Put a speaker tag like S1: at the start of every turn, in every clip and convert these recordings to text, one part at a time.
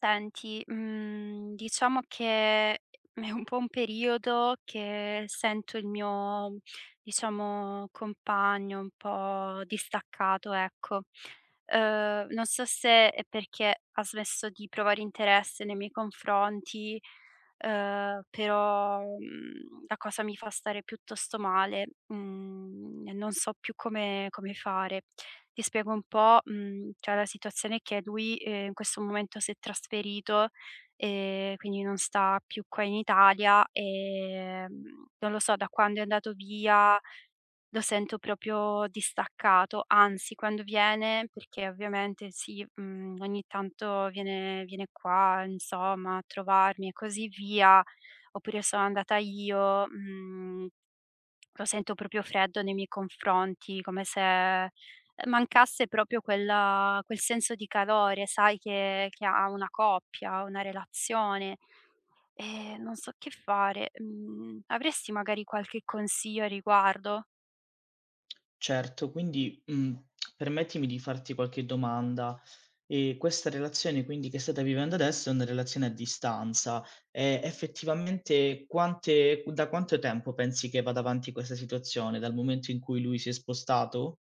S1: Senti, diciamo che è un po' un periodo che sento il mio, diciamo, compagno un po' distaccato, ecco. Non so se è perché ha smesso di provare interesse nei miei confronti, però, la cosa mi fa stare piuttosto male, e non so più come fare. Ti spiego un po', cioè la situazione è che lui, in questo momento si è trasferito, quindi non sta più qua in Italia. Non lo so, da quando è andato via lo sento proprio distaccato, anzi quando viene, perché ovviamente sì, ogni tanto viene qua, insomma, a trovarmi e così via, oppure sono andata io. Mhmm Lo sento proprio freddo nei miei confronti, come se, mancasse proprio quel senso di calore, sai, che ha una coppia, una relazione. Non so che fare. Mhmm, Avresti magari qualche consiglio a riguardo?
S2: Certo, quindi, permettimi di farti qualche domanda. Questa relazione quindi che state vivendo adesso è una relazione a distanza. Effettivamente quante da quanto tempo pensi che vada avanti questa situazione? Dal momento in cui lui si è spostato?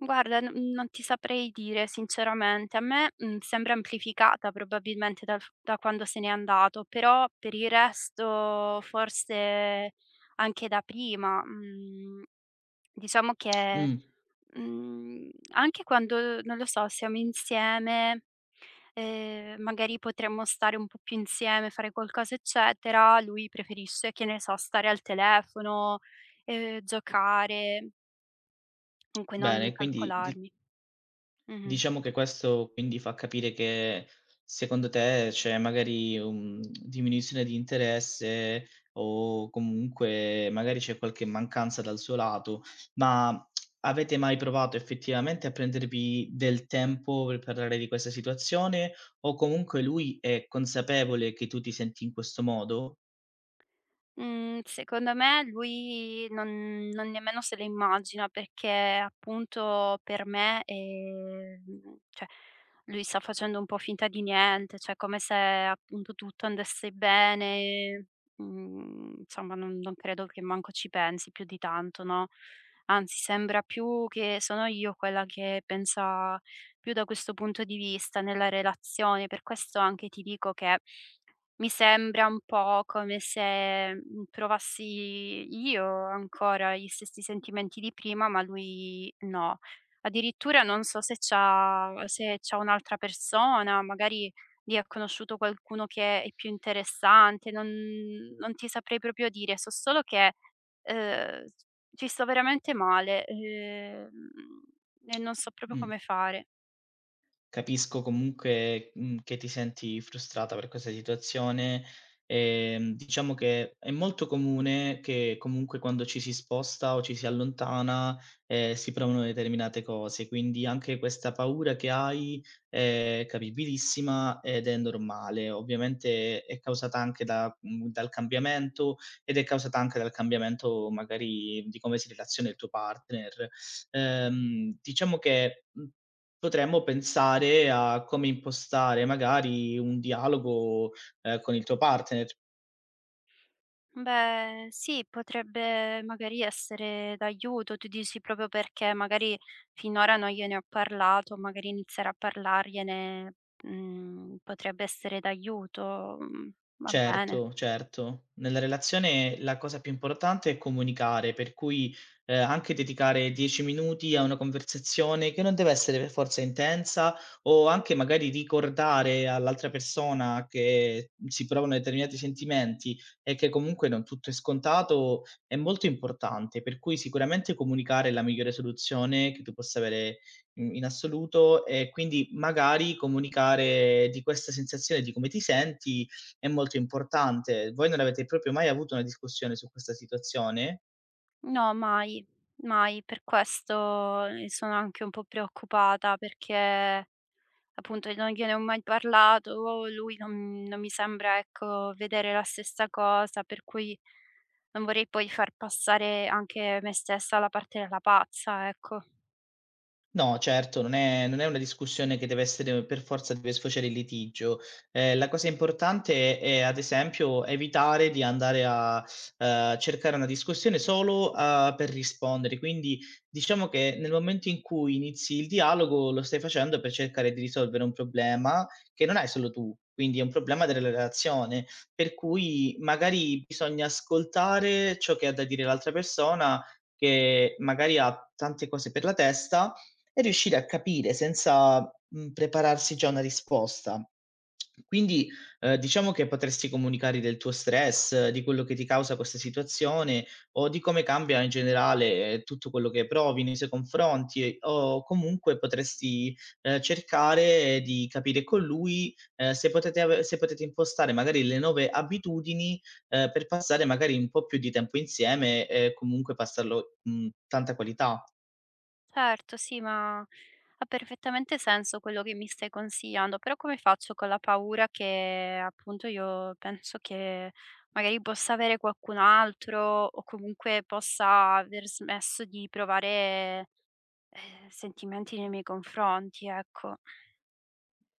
S1: Guarda, n non ti saprei dire sinceramente. A me, sembra amplificata probabilmente dal f da quando se n'è andato, però per il resto forse anche da prima. Mhmm Diciamo che,
S2: Mh,
S1: anche quando, non lo so, siamo insieme, magari potremmo stare un po' più insieme, fare qualcosa, eccetera. Lui preferisce, che ne so, stare al telefono, giocare, comunque non
S2: bene, quindi di
S1: calcolarmi. Mh-mh.
S2: Diciamo che questo quindi fa capire che secondo te c'è magari un diminuzione di interesse o comunque magari c'è qualche mancanza dal suo lato, ma avete mai provato effettivamente a prendervi del tempo per parlare di questa situazione o comunque lui è consapevole che tu ti senti in questo modo?
S1: Mhmm, Secondo me lui non nemmeno se lo immagina, perché appunto per me, cioè lui sta facendo un po' finta di niente, cioè come se appunto tutto andasse bene, insomma non credo che manco ci pensi più di tanto, no, anzi sembra più che sono io quella che pensa più da questo punto di vista nella relazione. Per questo anche ti dico che mi sembra un po' come se, provassi io ancora gli stessi sentimenti di prima, ma lui no. Addirittura non so se c'ha un'altra persona, magari lì ha conosciuto qualcuno che è più interessante, non ti saprei proprio dire. So solo che, s ci sto veramente male, e non so proprio
S2: Mh.
S1: come fare.
S2: Capisco comunque, che ti senti frustrata per questa situazione. Diciamo che è molto comune che comunque quando ci si sposta o ci si allontana, si provano determinate cose, quindi anche questa paura che hai è capibilissima ed è normale. Ovviamente è causata anche da dal cambiamento ed è causata anche dal cambiamento magari di come si relaziona il tuo partner. Diciamo che, mhmm Potremmo pensare a come impostare magari un dialogo, con il tuo partner.
S1: Beh, sì, potrebbe magari essere d'aiuto, tu dici, proprio perché magari finora non gliene ho parlato, magari iniziare a parlargliene, potrebbe essere d'aiuto, va bene.
S2: Certo, certo. Nella relazione la cosa più importante è comunicare, per cui, anche dedicare 10 minuti a una conversazione che non deve essere per forza intensa, o anche magari ricordare all'altra persona che si provano determinati sentimenti e che comunque non tutto è scontato, è molto importante. Per cui sicuramente comunicare è la migliore soluzione che tu possa avere, in assoluto e quindi magari comunicare di questa sensazione, di come ti senti è molto importante. Voi non avete proprio mai avuto una discussione su questa situazione?
S1: No, mai, mai, per questo, sono anche un po' preoccupata, perché appunto non gliene ho mai parlato, lui non mi sembra, ecco, vedere la stessa cosa, per cui non vorrei poi far passare anche me stessa alla parte della pazza, ecco.
S2: No, certo, non è una discussione che deve essere per forza deve sfociare in litigio. La cosa importante è, ad esempio, evitare di andare a, cercare una discussione solo, per rispondere. Quindi, diciamo che nel momento in cui inizi il dialogo, lo stai facendo per cercare di risolvere un problema che non hai solo tu, quindi è un problema della relazione, per cui magari bisogna ascoltare ciò che ha da dire l'altra persona, che magari ha tante cose per la testa e riuscire a capire senza, prepararsi già una risposta. Quindi, diciamo che potresti comunicare del tuo stress, di quello che ti causa questa situazione o di come cambia in generale, tutto quello che provi nei suoi confronti e o comunque potresti, cercare di capire con lui, se potete impostare magari le nuove abitudini, per passare magari un po' più di tempo insieme e comunque passarlo, tanta qualità.
S1: Certo, sì, ma ha perfettamente senso quello che mi stai consigliando, però come faccio con la paura che, appunto, io penso che magari possa avere qualcun altro o comunque possa aver smesso di provare, sentimenti nei miei confronti, ecco.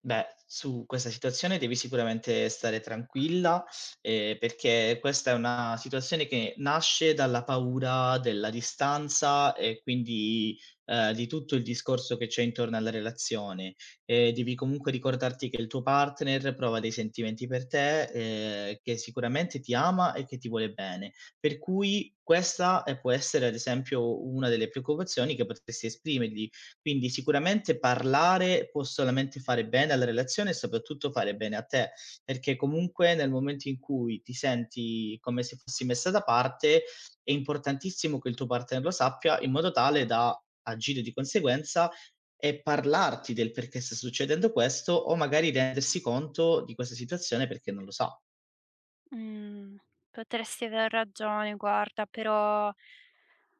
S2: Beh, su questa situazione devi sicuramente stare tranquilla, perché questa è una situazione che nasce dalla paura della distanza e quindi, di tutto il discorso che c'è intorno alla relazione. Devi comunque ricordarti che il tuo partner prova dei sentimenti per te, che sicuramente ti ama e che ti vuole bene. Per cui questa, può essere ad esempio una delle preoccupazioni che potresti esprimergli, quindi sicuramente parlare può solamente fare bene alla relazione e soprattutto fare bene a te, perché comunque nel momento in cui ti senti come se fossi messa da parte, è importantissimo che il tuo partner lo sappia in modo tale da agire di conseguenza e parlarti del perché sta succedendo questo o magari rendersi conto di questa situazione perché non lo sa.
S1: Mhmm, Potresti aver ragione, guarda, però,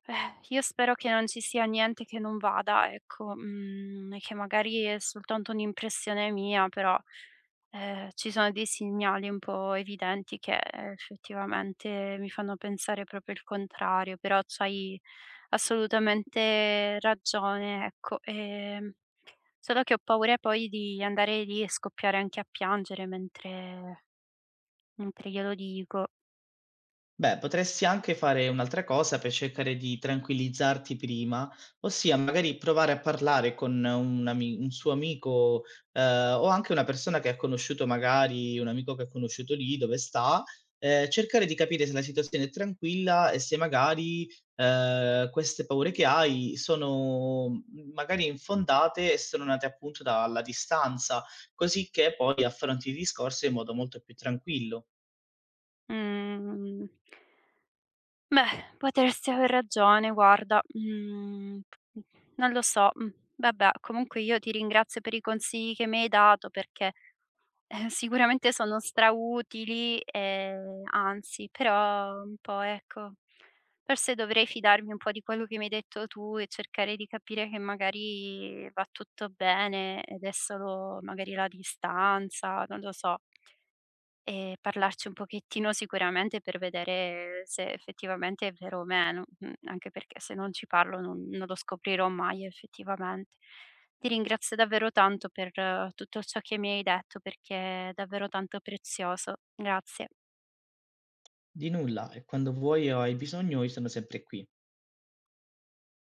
S1: eh, io spero che non ci sia niente che non vada, ecco, e che magari è soltanto un'impressione mia. Però, ci sono dei segnali un po' evidenti che, effettivamente, mi fanno pensare proprio il contrario, però c'hai assolutamente ragione, ecco. Solo che ho paura poi di andare lì e scoppiare anche a piangere mentre glielo dico.
S2: Beh, potresti anche fare un'altra cosa per cercare di tranquillizzarti prima, ossia magari provare a parlare con un suo amico eh, o anche una persona che ha conosciuto, magari un amico che ha conosciuto lì dove sta, cercare di capire se la situazione è tranquilla e se magari queste paure che hai sono magari infondate e sono nate appunto dalla distanza, così che poi affronti il discorso in modo molto più tranquillo.
S1: Mhmm, Beh, potresti aver ragione, guarda, non lo so, vabbè, comunque io ti ringrazio per i consigli che mi hai dato, perché, sicuramente sono strautili, anzi però un po', ecco, forse dovrei fidarmi un po' di quello che mi hai detto tu e cercare di capire che magari va tutto bene ed è solo magari la distanza, non lo so. E parlarci un pochettino, sicuramente, per vedere se effettivamente è vero o meno, anche perché se non ci parlo non lo scoprirò mai effettivamente. Ti ringrazio davvero tanto per tutto ciò che mi hai detto, perché è davvero tanto prezioso. Grazie.
S2: Di nulla e quando vuoi o hai bisogno io sono sempre qui.